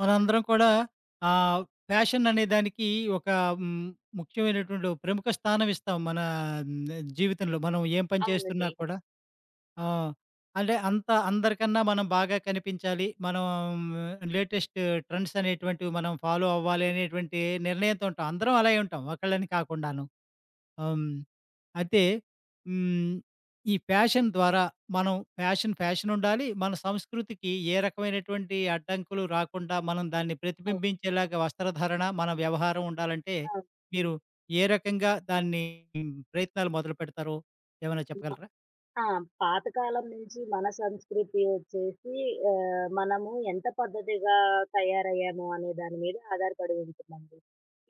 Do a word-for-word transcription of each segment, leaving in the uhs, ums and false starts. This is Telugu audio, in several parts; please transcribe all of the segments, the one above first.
మనందరం కూడా ఆహ్, ఫ్యాషన్ అనే దానికి ఒక హ్మ్, ముఖ్యమైనటువంటి ఒక ప్రముఖ స్థానం ఇస్తాం. మన మ్, జీవితంలో మనం ఏం పని చేస్తున్నా అవునండి. కూడా. ఆ! అంటే అంత అందరికన్నా మనం బాగా కనిపించాలి. మనం లేటెస్ట్ ట్రెండ్స్ అనేటువంటివి మనం ఫాలో అవ్వాలి అనేటువంటి నిర్ణయంతో ఉంటాం. అందరం అలాగే ఉంటాం. ఒకళ్ళని కాకుండాను. హ్మ్. అయితే హ్మ్. ఈ ఫ్యాషన్ ద్వారా మనం ఫ్యాషన్ ఫ్యాషనుండాలి. మన సంస్కృతికి ఏ రకమైనటువంటి అడ్డంకులు రాకుండా మనం దాన్ని అవును. ప్రతిబింబించేలాగా వస్త్రధారణ, మన వ్యవహారం ఉండాలంటే ఆ! హ్మ్. మీరు ఏ రకంగా దాన్ని మ్, ప్రయత్నాలు మొదలుపెడతారో ఏమైనా హ్మ్. చెప్పగలరా? ఆ! పాతకాలం నుంచి మన సంస్కృతి వచ్చేసి ఆహ్, మనము ఎంత పద్ధతిగా తయారయ్యాము అనే దాని మీద ఆధారపడి ఉంటుందండి.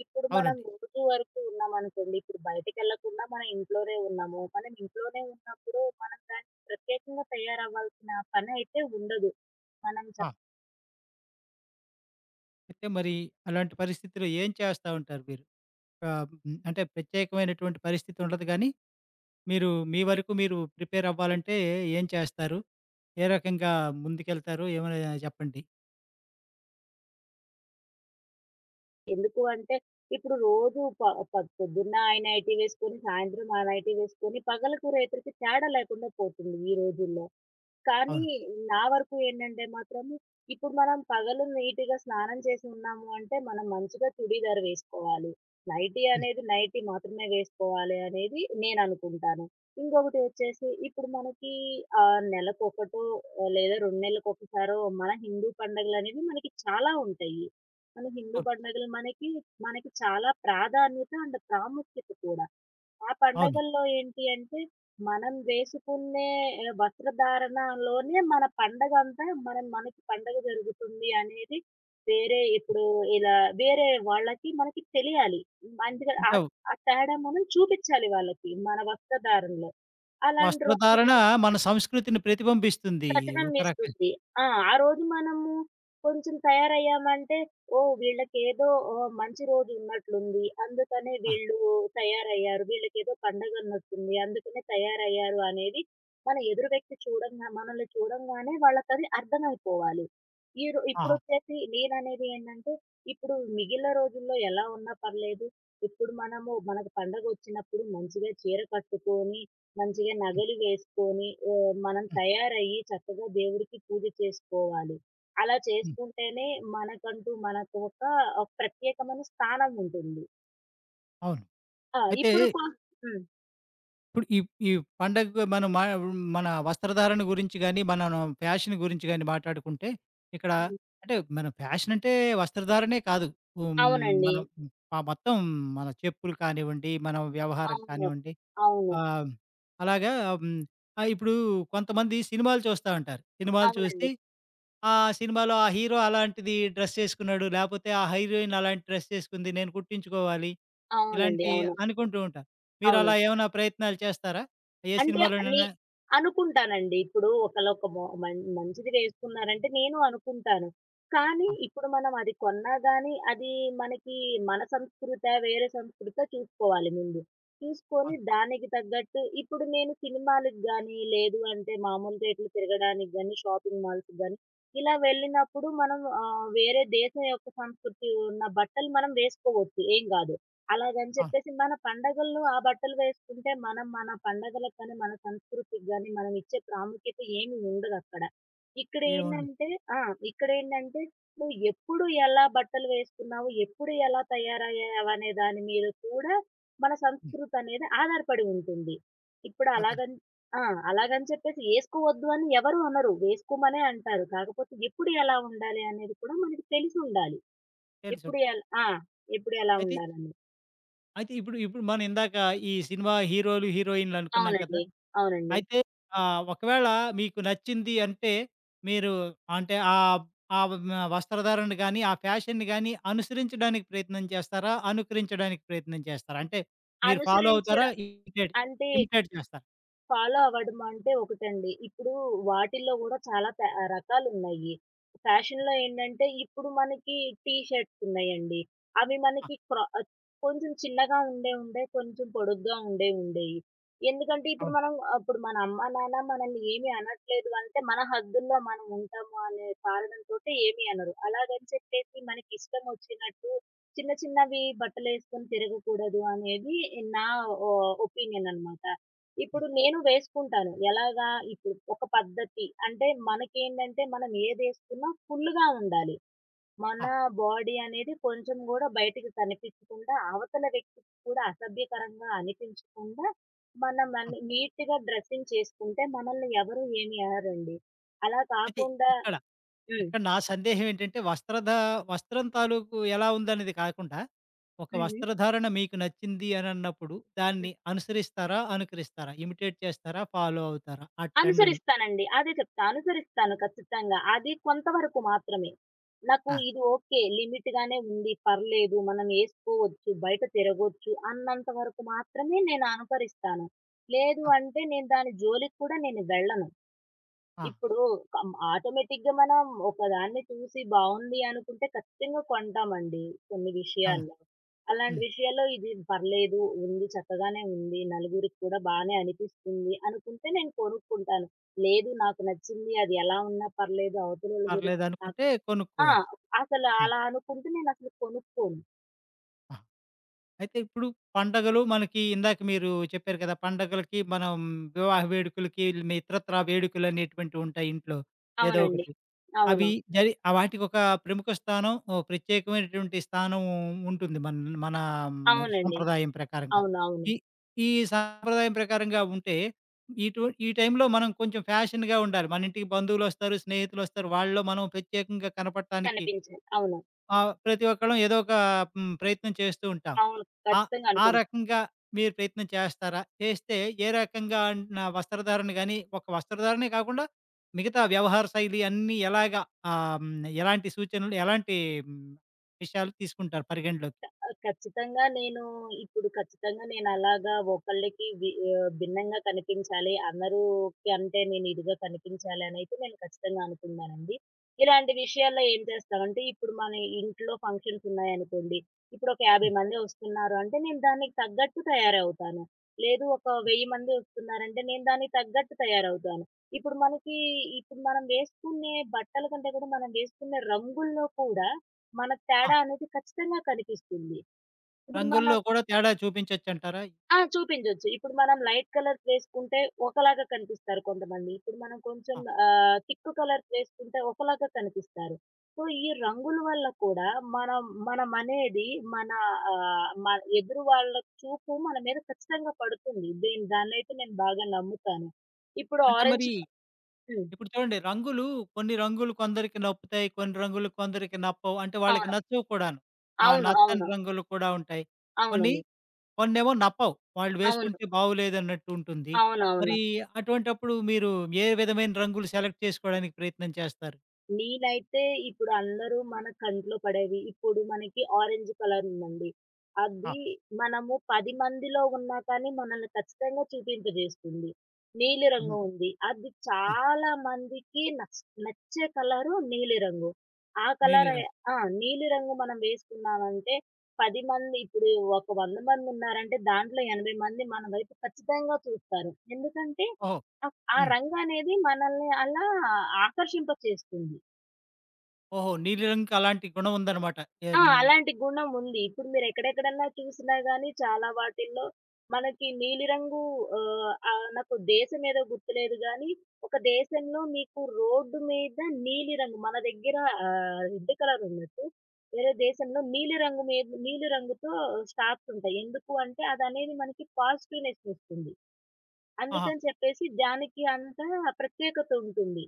ఇప్పుడు మనం అవునండి. రోజు వరకు ఉన్నామనుకోండి, ఇప్పుడు బయటికెళ్ళకుండా మనం ఇంట్లోనే ఉన్నాము. మనం ఇంట్లోనే ఉన్నప్పుడు మనం దానికి ప్రత్యేకంగా తయారవ్వాల్సిన పనైతే ఉండదు. మనం చ ఆ! అయితే మరి అలాంటి పరిస్థితిలో ఏం చేస్తా ఉంటారు మీరు? ఆహ్, హ్మ్. అంటే ప్రత్యేకమైనటువంటి పరిస్థితి ఉండదు గానీ మీరు మీ వరకు మీరు ప్రిపేర్ అవ్వాలంటే ఏం చేస్తారు? ఏ రకంగా ముందుకెళ్తారు? ఏమైనా చెప్పండి? ఎందుకు అంటే ఇప్పుడు రోజు ప ప పొద్దున్న ఆ నైటీ వేసుకొని, సాయంత్రం ఆ నైటీ వేసుకొని, పగలుకు, రేత్రికి తేడా లేకుండా పోతుంది ఈ రోజుల్లో. కానీ అవును. నా వరకు ఏంటంటే మాత్రము, ఇప్పుడు మనం పగలు నీట్‌గా స్నానం చేసి ఉన్నాము అంటే, మనం మంచిగా చుడీదార్ వేసుకోవాలి. నైటీ హ్మ్. అనేది నైటీ మాత్రమే వేసుకోవాలి అనేది నేననుకుంటాను. ఇంకొకటి వచ్చేసి, ఇప్పుడు మనకి ఆహ్, నెలకొకటో లేదా రెండు నెలలకొకసారో మన హిందూ పండుగలనేవి మనకి చాలా ఉంటాయి. మన హిందూ అవును. పండుగలు మనకి, మనకి చాలా ప్రాధాన్యత అండ్ ప్రాముఖ్యత కూడా. ఆ అవును. పండగల్లో ఏంటి అంటే, మనం వేసుకునే ఆహ్, వస్త్రధారణలోనే మన పండగంతా మనం మనకి పండగ జరుగుతుంది అనేది వేరే ఇప్పుడు ఇలా వేరే వాళ్ళకి మనకి తెలియాలి. అందుకని ఆ అంటే ఆ తేడా మనం చూపిచ్చాలి వాళ్ళకి మన వస్త్రధారణలో. అలాంటి వస్త్రధారణ రోజుల్లో మన సంస్కృతిని ప్రతిబింబిస్తుంది. ఒక రకంగా. ప్రతిబింబిస్తుంది. ఆ! ఆ రోజు మనము కొంచెం తయారయ్యామంటే, ఓహ్! వీళ్ళకేదో ఆహ్, మంచి రోజు ఉన్నట్లుంది. అందుకనే ఆ! వీళ్ళు తయారయ్యారు. వీళ్ళకేదో పండగ ఉన్నట్టుంది. అందుకనే తయారయ్యారు అనేది మన ఎదురు వ్యక్తి చూడంగా మనల్ని చూడంగానే వాళ్ళకది అర్థమైపోవాలి. ఈ రో ఆహా! ఇప్పుడొచ్చేసి నేననేది ఏంటంటే, ఇప్పుడు మిగిలిన రోజుల్లో ఎలా ఉన్నా పర్లేదు. ఇప్పుడు మనము మనకు పండగొచ్చినప్పుడు మంచిగా చీర కట్టుకొని, మంచిగా హ్మ్. నగలు వేసుకొని మనం హ్మ్. తయారయ్యి చక్కగా దేవుడికి పూజ చేసుకోవాలి. అలా హ్మ్. చేసుకుంటేనే మనకంటూ మనకు ఒక ఒక ప్రత్యేకమైన స్థానం ఉంటుంది. అవును. ఆ! అయితే ఇప్పుడు కొ హ్మ్. ఇప్పుడు ఈ ఈ పండగ మనం మా మన వస్త్రధారణ గురించి గాని, మన ఫ్యాషన్ గురించి గాని మాట్లాడుకుంటే ఇక్కడ హ్మ్. అంటే మన ఫ్యాషన్ అంటే వస్త్రధారణే కాదు. హ్మ్. అవునండి. మనం మొత్తం మన చెప్పులు కానివ్వండి, మన వ్యవహారం అవును. కానివ్వండి. అవును. ఆ! అలాగా. హ్మ్. ఆహ్, ఇప్పుడు కొంతమంది సినిమాలు చూస్తా ఉంటారు. సినిమాలు అవునండి. చూసి ఆ సినిమాలో ఆ హీరో అలాంటిది డ్రెస్ యేసుకున్నాడు, లేపోతే ఆ హీరోయిన్ అలాంటి డ్రెస్ యేసుకుంది. నేను కుట్టించుకోవాలి. అవునండి. ఇలాంటి అవును. అనుకుంటూ ఉంటారు. అవును. మీరలా ఏమైనా ప్రయత్నాలు చేస్తారా? ఏ అంటే నే సినిమాలోనైనా? అనుకుంటానండి. ఇప్పుడు ఒకళ్ళు ఒక మో మం మంచిది వేసుకున్నారంటే నేను అనుకుంటాను. కానీ ఆ! ఇప్పుడు మనం అది కొన్నా గాని అది మనకి మన సంస్కృతా? వేరే సంస్కృతా? చూసుకోవాలి ముందు. చూసుకొని అవును. దానికి తగ్గట్టు ఇప్పుడు నేను సినిమాలకి గాని, లేదు అంటే మామూలుగా ఇట్లా తిరగడానికి గాని, షాపింగ్ మాల్స్‌కి గాని ఇలా వెళ్ళినప్పుడు మనం ఆహ్, వేరే దేశం యొక్క సంస్కృతి ఉన్న బట్టలు మనం వేసుకోవచ్చు. ఏం గాదు. అలాగని ఆ! చెప్పేసి మన పండగల్లో ఆ బట్టలు వేసుకుంటే మనం మన పండగలకు కానీ, మన సంస్కృతికి గాని మనం ఇచ్చే ప్రాముఖ్యత ఏమి ఉండదక్కడ. ఏముండదు. ఇక్కడేంటంటే ఆ! ఇక్కడేంటంటే నువ్వు ఎప్పుడు ఎలా బట్టలు వేసుకున్నావు, ఎప్పుడు ఎలా తయారయ్యావనే దాని మీద కూడా మన హ్మ్. సంస్కృతి అనేది ఆధారపడి ఉంటుంది. ఇప్పుడు అతను అలాగని ఆ! అలాగని చెప్పేసి ఏసుకోవద్దు అని ఎవరు అనరు. వేసుకోమనే అంటారు. కాకపోతే ఎప్పుడు ఎలా ఉండాలి అనేది కూడా మనకి తెలిసుండాలి. ఎప్పుడు తెలుసుండదు. ఎల్ ఆ! ఎప్పుడు ఎలా అయితే ఉండాలని. అయితే ఇప్పుడు ఇప్పుడు మనం ఇందాక ఈ సినిమా హీరోలు, హీరోయిన్‌లు అనుకున్నాం కదా! అవునండి. అవునండి. అయితే ఆహ్, ఒకవేళ మీకు నచ్చింది అంటే, మీరు అంటే ఆహ్, ఆ వ వస్త్రధారణ గాని, ఆ ఫ్యాషన్‌ని గాని అనుసరించడానికి ప్రయత్నం చేస్తారా? అనుకరించడానికి ప్రయత్నం చేస్తారా? అంటే మీరు ఫాలో అవుతారా? అనుసరించడం ఇమిటేట్ అంటే, ఇమిటేట్ చేస్తారా? ఫాలో అవ్వడం అంటే ఒకటండి. ఇప్పుడు వాటిల్లో గూడా చాలా ప రకాలున్నాయి. ఫ్యాషన్‌లో ఏంటంటే ఇప్పుడు మనకి టీ షర్ట్స్ ఉన్నాయండి. అవి ఆ! మనకి క్రా కొంచెం చిన్నగా ఉండే ఉండేయి, కొంచెం పొడుగ్గా ఉండే ఉండేవి ఉండేయి. ఎందుకంటే ఇప్పుడు అవును. మనం అప్పుడు మన అమ్మ, నాన్న మనల్ని ఏమి అనట్లేదు అంటే మన హద్దుల్లో మనం ఉంటాము అనే కారణంతోటి ఏమి అనరు. అలాగని చెప్పేసి మనకి ఇష్టం వచ్చినట్టు చిన్న చిన్నవి బట్టలేసుకొని తిరగకూడదు అనేది నా ఒ ఒపీనియన్ అనమాట. హ్మ్. ఇప్పుడు నేను వేసుకుంటాను. ఎలాగా? ఇప్పుడు ఒక పద్ధతి అంటే మనకేంటంటే మనం ఏదేసుకున్నా ఫుల్‌గా ఉండాలి. మన ఆ! బాడీ అనేది కొంచెం గూడా బయటికి కనిపించకుండా, అవతల వ్యక్తికి కూడా అసభ్యకరంగా అనిపించకుండా, మనం హ్మ్. అన్ని నీట్‌గా డ్రెసింగ్ చేసుకుంటే మనల్ని ఎవరు ఏమి అనరండి. అలా అయితే కాకుండా ఇక్కడ, హ్మ్. ఇక్కడ నా సందేహం ఏంటంటే వస్త్రధా వస్త్రం తాలూకు ఎలా ఉందనేది కాకుండా, ఒక హుహు. వస్త్రధారణ మీకు నచ్చింది అనన్నప్పుడు దాన్ని అనుసరిస్తారా? అనుకరిస్తారా? ఇమిటేట్ చేస్తారా? ఫాలో అవుతారా? ఆ ట్రెండ్‌ని? అనుసరిస్తానండి. అదే చెప్తా. అనుసరిస్తాను ఖచ్చితంగా. అది కొంతవరకు మాత్రమే. నాకు ఆ! ఇది ఓకే. లిమిట్‌గానే ఉంది. పర్లేదు. మనం ఏసుకోవచ్చు. బయట తిరగొచ్చు అన్నంత వరకు మాత్రమే నేను అనుసరిస్తాను. లేదు ఆ! అంటే నేను దాని జోలికి కూడా నేను వెళ్ళను. ఆ! ఇప్పుడు కం ఆటోమేటిక్‌గా మనం ఒకదాన్ని చూసి బావుంది అనుకుంటే ఖచ్చితంగా కొంటామండి కొన్ని అవును. విషయాల్లో. అలాంటి హ్మ్. విషయాల్లో ఇది పర్లేదు, ఉంది చక్కగానే ఉంది, నలుగురికి కూడా బానే అనిపిస్తుంది అనుకుంటే నేను కొనుక్కుంటాను. లేదు నాకు నచ్చింది అది ఎలా ఉన్నా పర్లేదు అవతలోళ్ళ గురి ఆహ్, పర్లేదనుకుంటే ఆ! కొనుక్కోరు. అసలు ఆ! అలా అనుకుంటే నేనసలు కొనుక్కోను. ఆ! అయితే ఇప్పుడు పండగలు మనకి ఇందాక మీరు చెప్పారు కదా! పండగలకి మనం వివాహ వేడుకలకి, మి ఇతరత్రా వేడుకలనేటువంటివి ఉంటాయి ఇంట్లో. ఏదో అవునండి. ఒకటి. అవి అవును. జరి ఆ వాటికొక ప్రముఖ స్థానం, ఓ ప్రత్యేకమైనటువంటి స్థానం ఉంటుంది మన మన హ్మ్, అవునండి. సంప్రదాయం ప్రకారంగా. అవునవును. ఈ ఈ సాంప్రదాయం ప్రకారంగా ఉంటే, ఇటు ఈ టైంలో మనం కొంచెం ఫ్యాషన్‌గా ఉండాలి. మన ఇంటికి బంధువులొస్తారు, స్నేహితులొస్తారు. వాళ్ళలో మనం ప్రత్యేకంగా కనపడటానికి కనిపించాలి. అవును. ఆ! ప్రతి ఒక్కళ్ళం ఏదో ఒక హ్మ్, ప్రయత్నం చేస్తూ ఉంటాం. అవును. ఆ ఖచ్చితంగా ఆ అనుకుంటాను. రకంగా మీరు ప్రయత్నం చేస్తారా? చేస్తే ఏ రకంగా నా వస్త్రధారణ గాని, ఒక వస్త్రధారణే కాకుండా మిగతా వ్యవహార శైలి అన్నీ ఎలాగా ఆహ్, హ్మ్, ఎలాంటి సూచనలు, ఎలాంటి హ్మ్, విషయాలు తీసుకుంటారు పరిగణలోకి? ఆ! ఖచ్చితంగా నేను ఇప్పుడు ఖచ్చితంగా నేనలాగా ఒకళ్ళకి వి ఆహ్, భిన్నంగా కనిపించాలి. అందరూ కంటే నేను ఇదిగా కనిపించాలి అనైతే నేను ఖచ్చితంగా అనుకున్నానండి. ఇలాంటి విషయాల్లో ఏం చేస్తామంటే ఇప్పుడు మన ఇంట్లో ఫంక్షన్స్ ఉన్నాయనుకోండి. ఇప్పుడు ఒక యాభై హ్మ్. మంది వస్తున్నారు అంటే నేను దానికి తగ్గట్టు తయారవుతాను. లేదు ఒక హ్మ్. వెయ్యి మంది వస్తున్నారంటే నేను దానికి తగ్గట్టు తయారవుతాను. ఇప్పుడు మనకి ఇప్పుడు మనం వేసుకునే బట్టల కంటే కూడా మనం వేసుకునే రంగుల్లో కూడా మన ఆ! తేడా అనేది ఖచ్చితంగా కనిపిస్తుంది. ఇప్పుడు మనం రంగుల్లో కూడా తేడా చూపించొచ్చంటారా? ఆ! చూపించొచ్చు. ఇప్పుడు మనం లైట్ కలర్స్ వేసుకుంటే ఒకలాగా కనిపిస్తారు కొంతమంది. ఇప్పుడు మనం కొంచెం ఆ! ఆహ్, థిక్ కలర్స్ వేసుకుంటే ఒకలాగా కనిపిస్తారు. సో, ఈ రంగుల వల్ల కూడా మనం మనమనేది మన ఆహ్, మ ఎదురు వాళ్ళ చూపు మన మీద ఖచ్చితంగా పడుతుంది. దీని దాన్నైతే నేను బాగా నమ్ముతాను. ఇప్పుడు అంటే ఆరెంజ్ మరి హ్మ్. ఇప్పుడు చూడండి రంగులు కొన్ని రంగులు కొందరికి నప్పుతాయి. కొన్ని రంగులు కొందరికి నప్పవు. అంటే వాళ్ళకి అవును. నచ్చవు కూడాను. ఆ అవును. నచ్చని అవును. రంగులు కూడా ఉంటాయి. కొన్ని అవునండి. కొన్నేమో నప్పవు. వాళ్ళు అవును. వేసుకుంటే బాగోలేదన్నట్టు ఉంటుంది. అవునవును. మరి అటువంటప్పుడు మీరు ఏ విధమైన రంగులు సెలెక్ట్ చేసుకోవడానికి ప్రయత్నం చేస్తారు? నేనైతే ఇప్పుడు అందరూ మన కంట్లో పడేవి. ఇప్పుడు మనకి ఆరెంజ్ కలర్ ఉందండి. ఆ! అది మనము పది మందిలో ఉన్నా కానీ మనల్ని ఖచ్చితంగా చూపింపజేస్తుంది. హుహు. నీలిరంగు ఉంది. అది ఆ! చాలా మందికి నచ్ నచ్చే కలరు నీలిరంగు. ఆ కలర్ నీలిరంగు. ఆ! నీలిరంగు మనం వేసుకున్నామంటే పది మంది ఇప్పుడు ఒక వంద మంది ఉన్నారంటే దాంట్లో ఎనభై మంది మన వైపు ఖచ్చితంగా చూస్తారు. ఎందుకంటే ఓహో! ఆ హ్మ్. రంగనేది మనల్ని అలా ఆకర్షింపచేస్తుంది. ఓహో! నీలిరంగుకి అలాంటి గుణం ఉందనమాట. ఆ! హ్మ్. అలాంటి గుణం ఉంది. ఇప్పుడు మీరు ఎక్కడెక్కడన్నా చూసినా గాని చాలా వాటిల్లో మనకి నీలిరంగు ఆహ్, ఆహ్, నాకు దేశం ఏదో గుర్తులేదు గానీ, ఒక దేశంలో మీకు రోడ్డు మీద నీలిరంగు మన దగ్గర ఆహ్, రెడ్ కలర్ ఉన్నట్టు, వేరే దేశంలో నీలిరంగు మీద నీలిరంగుతో స్టార్స్ ఉంటాయి. ఎందుకు అంటే, అదనేది మనకి పాజిటివ్‌నెస్‌నిస్తుంది. ఆహా! అందుకని చెప్పేసి దానికి అంత ప్రత్యేకత ఉంటుంది.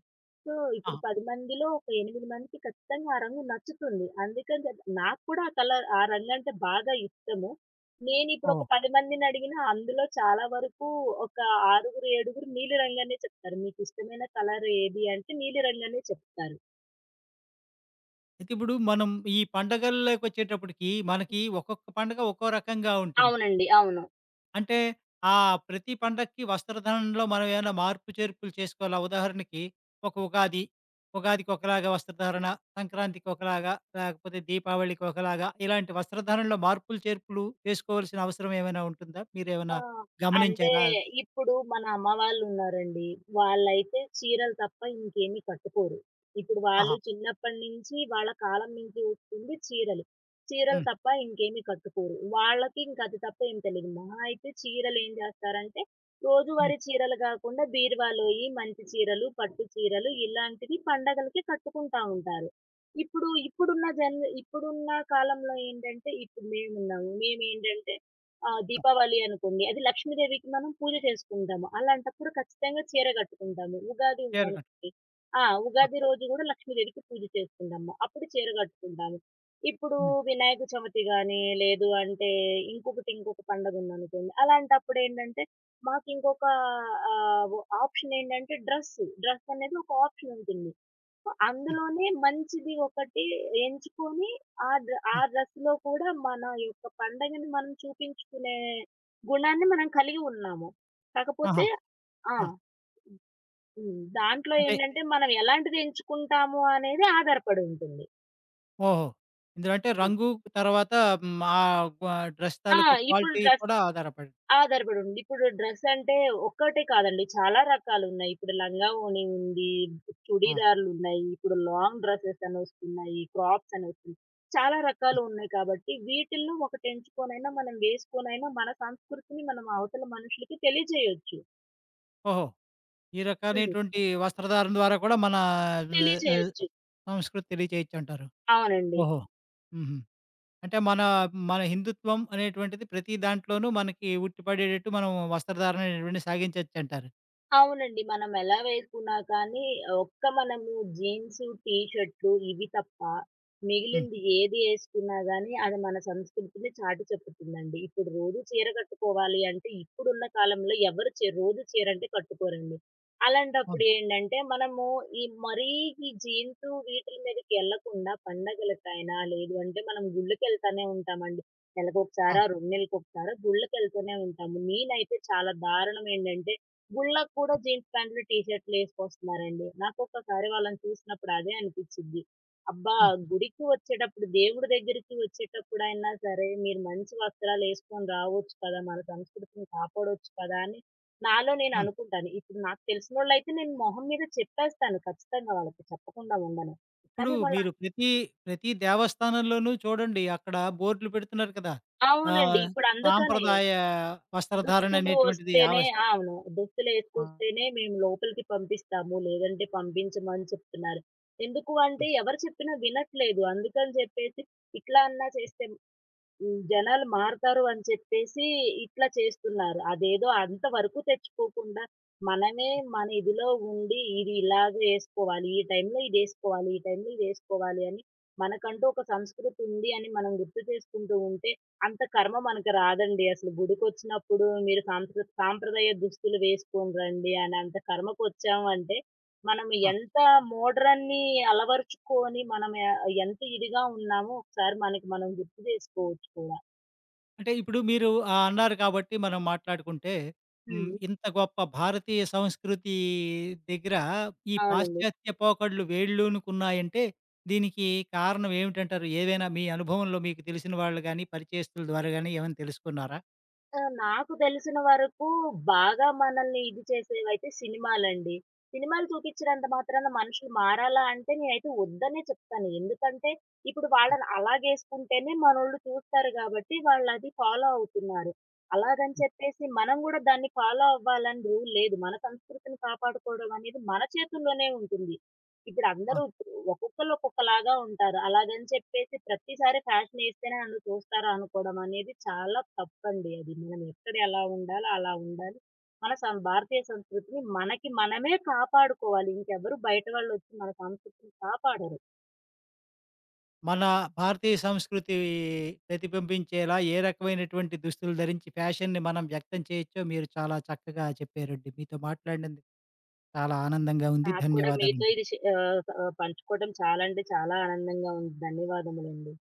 సో, ఆహా! ఇప్పుడు పది మందిలో ఒక ఎనిమిది మందికి ఖచ్చితంగా ఆ రంగు నచ్చుతుంది. అందుకని చెప్పి నాకు కూడా ఆ కలర్ ఆ రంగంటే బాగా ఇష్టము. నేనిప్పుడు ఓహో! ఒక పది మందిని అడిగినా అందులో చాలా వరకు ఒక ఆరుగురు, ఏడుగురు నీలి రంగనే చెప్తారు. మీకిష్టమైన కలర్ ఏది అంటే నీలి రంగనే చెప్తారు. అయితే ఇప్పుడు మనం ఈ పండగల్లోకొచ్చేటప్పటికి మనకి ఒక్కొక్క పండగ ఒక్కో రకంగా ఉంటుంది. అవునండి. అవును. అంటే ఆ ప్రతి పండక్కి వస్త్రధారణలో మనం ఏమైనా మార్పు చేర్పులు చేసుకోవాలా? ఉదాహరణకి ఒక ఉగాది, ఉగాదికి ఒకలాగా వస్త్రధారణ, సంక్రాంతికి ఒకలాగా, లేకపోతే దీపావళికి ఒకలాగా ఇలాంటి వస్త్రధారణలో మార్పులు చేర్పులు చేసుకోవాల్సిన అవసరం ఏమైనా ఉంటుందా? ఆ! మీరేమైనా అంటే గమనించారా? ఇప్పుడు మన అమ్మ వాళ్ళున్నారండి. వాళ్ళైతే చీరలు తప్ప ఇంకేమి కట్టుకోరు. ఇప్పుడు వాళ్ళు ఆహా! చిన్నప్పటి నుంచి వాళ్ళ కాలం నుంచి వస్తుంది చీరలు. చీరలు హ్మ్. తప్ప ఇంకేమి కట్టుకోరు. వాళ్ళకి ఇంక అది తప్ప ఏం తెలీదు. మహా అయితే చీరలేం జేస్తారంటే, హ్మ్. రోజువారీ చీరలు గాకుండా బీరువాలోయి మంచి చీరలు, పట్టు చీరలు ఇలాంటివి పండగలకి కట్టుకుంటా ఉంటారు. ఇప్పుడు ఇప్పుడున్న జన్ ఇప్పుడున్న కాలంలో ఏంటంటే ఇప్పుడు మేమున్నాము. మేమేంటంటే ఆ! ఆ! దీపావళి అనుకోండి. అది లక్ష్మీదేవికి మనం పూజ చేసుకుంటాము. అలాంటప్పుడు ఖచ్చితంగా చీర కట్టుకుంటాము. ఉగాది చేరకండి. ఉందనుకోండి. ఆ! ఆ! ఉగాది రోజు గూడా లక్ష్మీదేవికి పూజ చేసుకుంటాము. అప్పుడు చీర కట్టుకుంటాము. ఇప్పుడు హ్మ్. వినాయక చవితి గాని, లేదు అంటే ఇంకొకటి ఇంకొక పండగ ఉందనుకోండి. అలాంటప్పుడేంటంటే మాకింకొక ఆహ్, ఆప్షన్ ఏంటంటే డ్రెస్సు. డ్రెస్ అనేది ఒక ఆప్షన్ ఉంటుంది. హ్మ్. అందులోనే మంచిది ఒకటి ఎంచుకొని, ఆ డ ఆ హ్మ్. డ్రెస్‌లో కూడా మన యొక్క పండగని మనం చూపించుకునే గుణాన్ని మనం కలిగి ఉన్నాము. ఆహా! కాకపోతే ఆ! ఆ! హ్మ్. దాంట్లో అంటే ఏంటంటే, మనం ఎలాంటిది ఎంచుకుంటాము అనేది ఆధారపడి ఉంటుంది. ఓహో! ఇందులో అంటే హ్మ్. రంగు తర్వాత హ్మ్. ఆహ్, వ డ్రెస్ ఆ! తాలూకా ఇప్పుడు క్వాలిటీ డ్రెస్ కూడా ఆధారపడి. ఆధారపడి ఉంది. ఇప్పుడు డ్రెస్ అంటే ఒక్కటే కాదండి. చాలా రకాలున్నాయి. ఇప్పుడు లంగా ఓణి ఉంది. ఆ! చుడీదార్‌లున్నాయి. ఇప్పుడు లాంగ్ డ్రెసెస్ అనొస్తున్నాయి. క్రాప్స్ అనొస్తున్నాయి. చాలా రకాలు హ్మ్. ఉన్నాయి కాబట్టి వీటిల్లో ఒకటి ఎంచుకొనైనా మనం వేసుకొనైనా మన సంస్కృతిని మనం అవతల మనుషులకి తెలియజేయొచ్చు. ఓహో! ఈ హ్మ్. రకాలైనటువంటి వస్త్రధారణ ద్వారా కూడా మన ఆహ్, తెలియజేయొచ్చు. సంస్కృతి తెలియచేయొచ్చంటారు. అవునండి. ఓహో! హుహు. అంటే మన, మన హిందుత్వం అనేటువంటిది ప్రతి దాంట్లోనూ మనకి ఉట్టిపడేటట్టు మనం వస్త్రధారణ అనేటువంటిది సాగించొచ్చంటారు. అవునండి. మనం ఎలా వేసుకున్నా కానీ, ఒక్క మనము జీన్సు, టీ షర్ట్లు ఇవి తప్ప, హ్మ్. మిగిలింది ఏది ఏసుకున్నా గానీ, అది మన సంస్కృతిని చాటి చెప్పుతుందండి. ఇప్పుడు రోజు చీర కట్టుకోవాలి అంటే, ఇప్పుడున్న కాలంలో ఎవరు చీ రోజు చీర అంటే కట్టుకోరండి. అలాంటప్పుడు అవును. ఏంటంటే, మనము ఈ మరీ ఈ జీన్సు వీటిల మీదకి ఎళ్ళకుండా, పండగలకైనా లేదు అంటే, మనం గుళ్ళకెళ్తానే ఉంటామండి. ఆ! నెలకొకసారో, రెండు నెలలకొకసారో గుళ్ళకెళ్తూనే ఉంటాము. నేనైతే చాలా దారుణం ఏంటంటే, గుళ్ళకి కూడా జీన్స్ ప్యాంట్లు, టీ షర్టులు ఏసుకొస్తున్నారండి. నాకొక్కసారి వాళ్ళని చూసినప్పుడు అదే అనిపిచ్చిద్ది. అబ్బా! హ్మ్. గుడికి వచ్చేటప్పుడు, దేవుడి దగ్గరికి వచ్చేటప్పుడైనా సరే, మీరు మంచి వస్త్రాలేసుకొని రావచ్చు కదా! మన సంస్కృతిని కాపాడొచ్చు కదా! అని నాలో నేను అవును. అనుకుంటాను. ఇప్పుడు నాకు తెలిసినోళ్ళైతే నేను మొహం మీద చెప్పేస్తాను ఖచ్చితంగా వాళ్ళకి చెప్పకుండా ఉండను. ఇప్పుడు కానీ వాళ్ళ మీరు ప్రతి, ప్రతి దేవస్థానంలోనూ చూడండి అక్కడ బోర్డులు పెడుతున్నారు కదా! అవునండి. ఆహ్, ఇప్పుడు అందుకనే సాంప్రదాయ వస్త్రధారణ దుస్తులు అనేటువంటిది వస్తేనే ఆవస్ అవును. ఆ! దుస్తులేసుకొస్తేనే మేము లోపలికి పంపిస్తాము. లేదంటే పంపించమని చెప్తున్నారు. ఎందుకు అంటే హ్మ్. ఎవరు చెప్పినా వినట్లేదు. అందుకని చెప్పేసి ఇట్లా అన్నా చేస్తే హ్మ్. జనాలు మారతారు అని చెప్పేసి ఇట్లా చేస్తున్నారు. అదేదో అంతవరకు తెచ్చుకోకుండా, మనమే మన ఇదిలో ఉండి ఇది ఇలాగే యేసుకోవాలి, ఈ టైంలో ఇదేసుకోవాలి, ఈ టైంలో ఇదేసుకోవాలి అని మనకంటూ ఒక సంస్కృతి ఉంది అని మనం గుర్తు చేసుకుంటూ ఉంటే, అంత కర్మ మనకు రాదండి. అసలు గుడికొచ్చినప్పుడు మీరు సాంప్ర సాంప్రదాయ దుస్తులు వేసుకొని రండి అని అంత కర్మకొచ్చాము అంటే, మనం ఆ! ఎంత మోడ్రన్‌ని అలవరుచుకొని మనం ఆహ్, ఎంత ఇదిగా ఉన్నామో ఒకసారి మనకి మనం గుర్తు చేసుకోవచ్చు కూడా. అంటే ఇప్పుడు మీరు ఆహ్, అన్నారు కాబట్టి మనం మాట్లాడుకుంటే, హ్మ్. హ్మ్. ఇంత గొప్ప భారతీయ సంస్కృతి దగ్గర ఈ అవునండి. పాశ్చాత్య పోకడలు వేళ్ళూనుకున్నాయంటే, దీనికి కారణం ఏమిటంటారు? ఏదైనా మీ అనుభవంలో మీకు తెలిసిన వాళ్ళు గాని, పరిచయస్తుల ద్వారా గాని ఏమైనా తెలుసుకున్నారా? ఆ! నాకు తెలిసిన వరకు బాగా మనల్ని ఇది చేసేవైతే సినిమాలండి. సినిమాలు చూపిచ్చినంత మాత్రాన మనుషులు మారాలా అంటే నేనైతే వద్దనే చెప్తాను. ఎందుకంటే ఇప్పుడు వాళ్ళని అలాగేసుకుంటేనే మనోళ్ళు చూస్తారు కాబట్టి వాళ్ళది ఫాలో అవుతున్నారు. అలాగని ఉమ్, చెప్పేసి మనం గూడా దాన్ని ఫాలో అవ్వాలని రూల్ లేదు. మన సంస్కృతిని కాపాడుకోవడం అనేది మన చేతుల్లోనే ఉంటుంది. ఇప్పుడు అందరూ అవును. ఒక్కొక్కళ్ళు ఒక్కొక్కలాగా ఉంటారు. అలాగని చెప్పేసి ప్రతిసారి ఫ్యాషన్ ఏస్తేనే నన్ను చూస్తారు అనుకోవడం అనేది చాలా తప్పండి అది. మనం ఎక్కడ ఎలా ఉండాలో అలా ఉండాలి. మన సం భారతీయ సంస్కృతిని మనకి మనమే కాపాడుకోవాలి. ఇంకెవరు బయట వాళ్ళొచ్చి మన సంస్కృతిని కాపాడరు. మన భారతీయ సంస్కృతి ప్రతిబింబించేలా ఏ రకమైనటువంటి దుస్తులు ధరించి ఫ్యాషన్‌ని మనం వ్యక్తం చేయొచ్చో మీరు చాలా చక్కగా చెప్పారండి. మీతో మాట్లాడినందుకు చాలా ఆనందంగా ఉంది. నాకు కూడా మీతో ధన్యవాదాలండి. ఇది షే ఆహ్, ఆహ్, పంచుకోవడం చాలా అంటే చాలా ఆనందంగా ఉంది. ధన్యవాదములండి.